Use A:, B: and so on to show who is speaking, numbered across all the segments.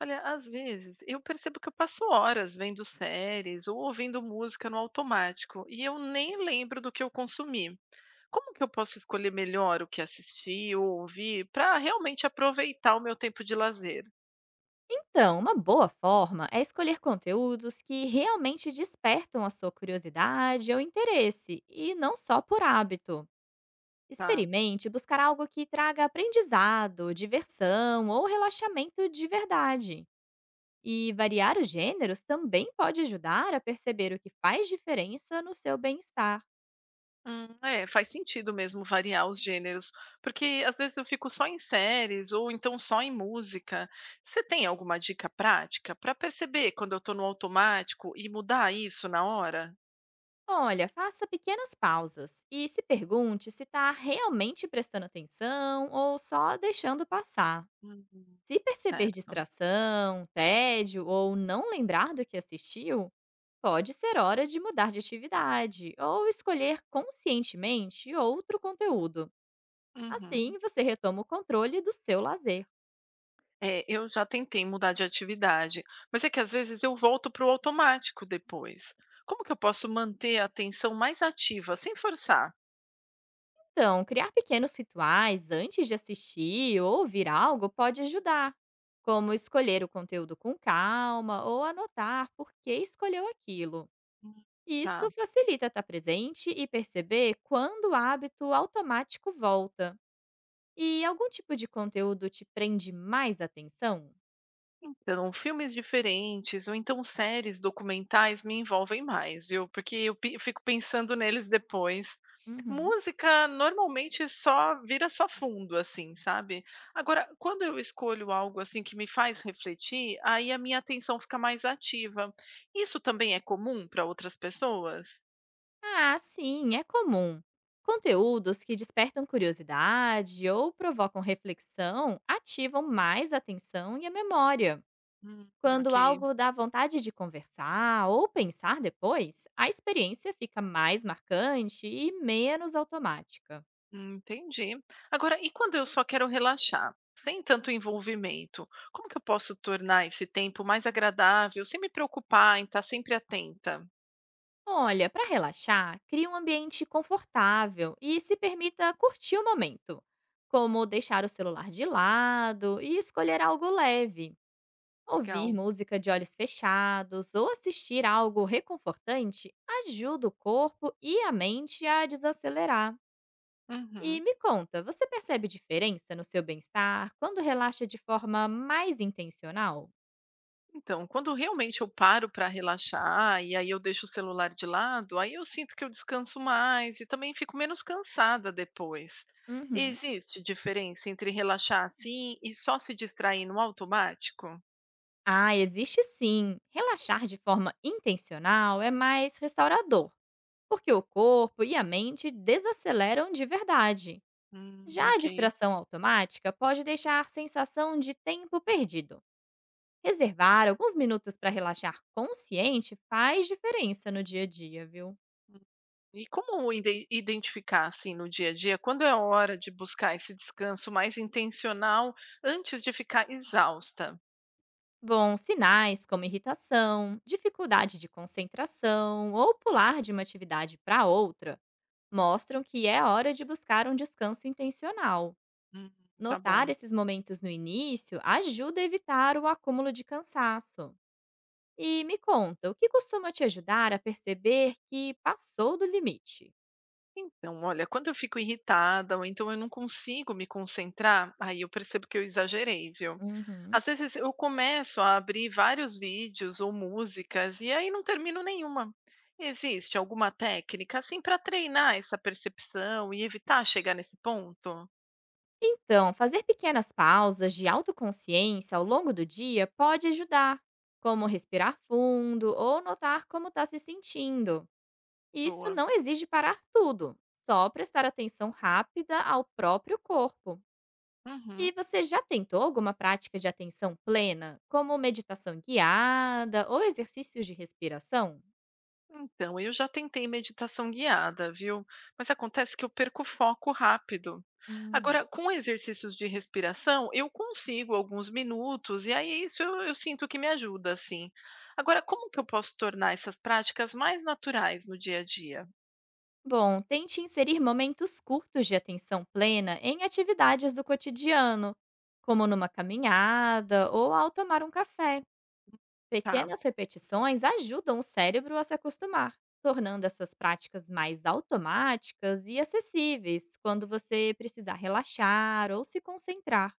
A: Olha, às vezes eu percebo que eu passo horas vendo séries ou ouvindo música no automático e eu nem lembro do que eu consumi. Como que eu posso escolher melhor o que assistir ou ouvir para realmente aproveitar o meu tempo de lazer?
B: Então, uma boa forma é escolher conteúdos que realmente despertam a sua curiosidade ou interesse, e não só por hábito.
A: Tá.
B: Experimente buscar algo que traga aprendizado, diversão ou relaxamento de verdade. E variar os gêneros também pode ajudar a perceber o que faz diferença no seu bem-estar.
A: É, faz sentido mesmo variar os gêneros, porque às vezes eu fico só em séries ou então só em música. Você tem alguma dica prática para perceber quando eu estou no automático e mudar isso na hora?
B: Olha, faça pequenas pausas e se pergunte se está realmente prestando atenção ou só deixando passar.
A: Hum,
B: Se perceber
A: certo.
B: distração, tédio ou não lembrar do que assistiu, pode ser hora de mudar de atividade ou escolher conscientemente outro conteúdo.
A: Uhum.
B: Assim, você retoma o controle do seu lazer.
A: É, eu já tentei mudar de atividade, mas é que às vezes eu volto para o automático depois. Como que eu posso manter a atenção mais ativa sem forçar?
B: Então, criar pequenos rituais antes de assistir ou ouvir algo pode ajudar, como escolher o conteúdo com calma ou anotar por que escolheu aquilo.
A: Hum.
B: Isso
A: Tá.
B: facilita estar presente e perceber quando o hábito automático volta. E algum tipo de conteúdo te prende mais atenção?
A: Então, filmes diferentes ou então séries documentais me envolvem mais, viu? Porque eu fico pensando neles depois.
B: Uhum.
A: Música normalmente só vira só fundo, assim, sabe? Agora, quando eu escolho algo assim que me faz refletir, aí a minha atenção fica mais ativa. Isso também é comum para outras pessoas?
B: Ah, sim, é comum. Conteúdos que despertam curiosidade ou provocam reflexão ativam mais a atenção e a memória.
A: Hum,
B: Quando
A: ok.
B: algo dá vontade de conversar ou pensar depois, a experiência fica mais marcante e menos automática.
A: Entendi. Agora, e quando eu só quero relaxar, sem tanto envolvimento, como que eu posso tornar esse tempo mais agradável, sem me preocupar em estar sempre atenta?
B: Olha, para relaxar, crie um ambiente confortável e se permita curtir o momento, como deixar o celular de lado e escolher algo leve. Ouvir
A: Legal.
B: música de olhos fechados ou assistir algo reconfortante ajuda o corpo e a mente a desacelerar. E
A: Uhum.
B: me conta, você percebe diferença no seu bem-estar quando relaxa de forma mais intencional?
A: Então, quando realmente eu paro para relaxar e aí eu deixo o celular de lado, aí eu sinto que eu descanso mais e também fico menos cansada depois.
B: Uhum.
A: Existe diferença entre relaxar assim e só se distrair no automático?
B: Ah, existe sim. Relaxar de forma intencional é mais restaurador porque o corpo e a mente desaceleram de verdade. Já a
A: Ok.
B: distração automática pode deixar sensação de tempo perdido. Reservar alguns minutos para relaxar consciente faz diferença no dia a dia, viu?
A: E como identificar, assim, no dia a dia, quando é hora de buscar esse descanso mais intencional antes de ficar exausta?
B: Bom, sinais como irritação, dificuldade de concentração ou pular de uma atividade para outra mostram que é hora de buscar um descanso intencional.
A: Hum, tá
B: Notar
A: bom.
B: esses momentos no início ajuda a evitar o acúmulo de cansaço. E me conta, o que costuma te ajudar a perceber que passou do limite?
A: Então, olha, quando eu fico irritada ou então eu não consigo me concentrar, aí eu percebo que eu exagerei, viu?
B: Uhum.
A: Às vezes eu começo a abrir vários vídeos ou músicas e aí não termino nenhuma. Existe alguma técnica, assim, para treinar essa percepção e evitar chegar nesse ponto?
B: Então, fazer pequenas pausas de autoconsciência ao longo do dia pode ajudar, como respirar fundo ou notar como está se sentindo. E isso
A: Boa.
B: não exige parar tudo, só prestar atenção rápida ao próprio corpo. E
A: Uhum.
B: você já tentou alguma prática de atenção plena, como meditação guiada ou exercícios de respiração?
A: Então, eu já tentei meditação guiada, viu? Mas acontece que eu perco o foco rápido.
B: Hum.
A: Agora, com exercícios de respiração, eu consigo alguns minutos, e aí isso eu sinto que me ajuda, assim. Agora, como que eu posso tornar essas práticas mais naturais no dia a dia?
B: Bom, tente inserir momentos curtos de atenção plena em atividades do cotidiano, como numa caminhada ou ao tomar um café.
A: Tá.
B: Pequenas repetições ajudam o cérebro a se acostumar, tornando essas práticas mais automáticas e acessíveis quando você precisar relaxar ou se concentrar.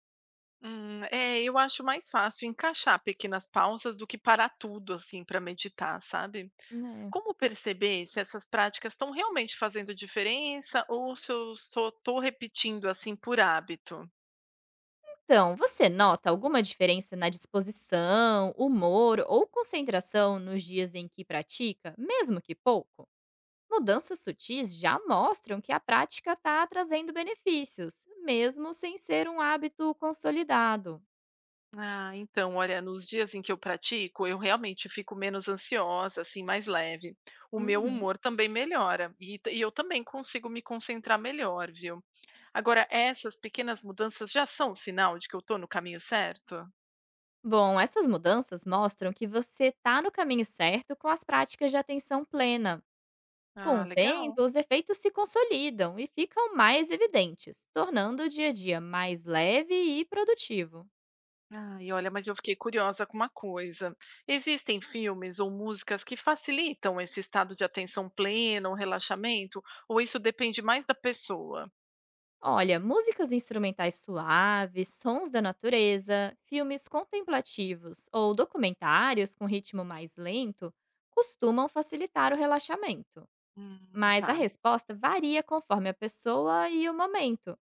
A: É, eu acho mais fácil encaixar pequenas pausas do que parar tudo, assim, para meditar, sabe?
B: Né?
A: Como perceber se essas práticas estão realmente fazendo diferença ou se eu só estou repetindo assim por hábito?
B: Então, você nota alguma diferença na disposição, humor ou concentração nos dias em que pratica, mesmo que pouco? Mudanças sutis já mostram que a prática está trazendo benefícios, mesmo sem ser um hábito consolidado.
A: Ah, então, olha, nos dias em que eu pratico, eu realmente fico menos ansiosa, assim, mais leve. O meu
B: Uhum.
A: humor também melhora e eu também consigo me concentrar melhor, viu? Agora, essas pequenas mudanças já são um sinal de que eu estou no caminho certo?
B: Bom, essas mudanças mostram que você está no caminho certo com as práticas de atenção plena. Com
A: Ah,
B: o
A: legal.
B: tempo, os efeitos se consolidam e ficam mais evidentes, tornando o dia a dia mais leve e produtivo.
A: Ai, olha, mas eu fiquei curiosa com uma coisa. Existem filmes ou músicas que facilitam esse estado de atenção plena ou relaxamento? Ou isso depende mais da pessoa?
B: Olha, músicas instrumentais suaves, sons da natureza, filmes contemplativos ou documentários com ritmo mais lento costumam facilitar o relaxamento.
A: Hum,
B: Mas a
A: tá.
B: resposta varia conforme a pessoa e o momento.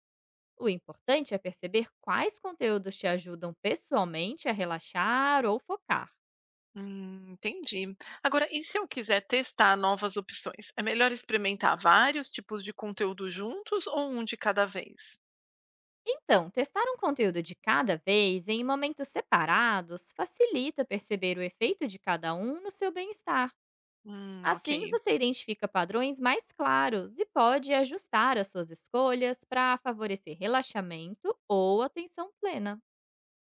B: O importante é perceber quais conteúdos te ajudam pessoalmente a relaxar ou focar.
A: Entendi. Agora, e se eu quiser testar novas opções? É melhor experimentar vários tipos de conteúdo juntos ou um de cada vez?
B: Então, testar um conteúdo de cada vez em momentos separados facilita perceber o efeito de cada um no seu bem-estar.
A: Ok.
B: Assim, você identifica padrões mais claros e pode ajustar as suas escolhas para favorecer relaxamento ou atenção plena.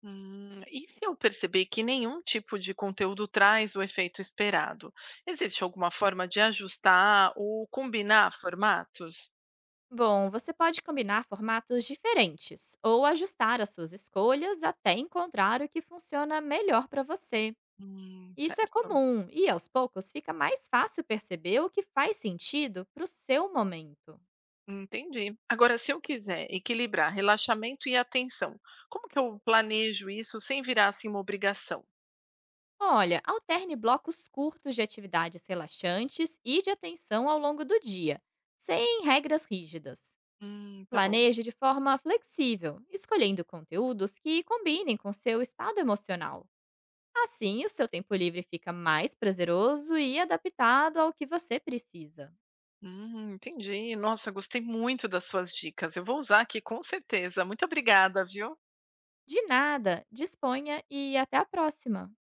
A: E se eu perceber que nenhum tipo de conteúdo traz o efeito esperado? Existe alguma forma de ajustar ou combinar formatos?
B: Bom, você pode combinar formatos diferentes ou ajustar as suas escolhas até encontrar o que funciona melhor para você. Isso é
A: Certo.
B: comum e, aos poucos, fica mais fácil perceber o que faz sentido para o seu momento.
A: Entendi. Agora, se eu quiser equilibrar relaxamento e atenção, como que eu planejo isso sem virar assim uma obrigação?
B: Olha, alterne blocos curtos de atividades relaxantes e de atenção ao longo do dia, sem regras rígidas.
A: Tá bom.
B: Planeje de forma flexível, escolhendo conteúdos que combinem com seu estado emocional. Assim, o seu tempo livre fica mais prazeroso e adaptado ao que você precisa.
A: Entendi. Nossa, gostei muito das suas dicas. Eu vou usar aqui com certeza. Muito obrigada, viu?
B: De nada, disponha e até a próxima!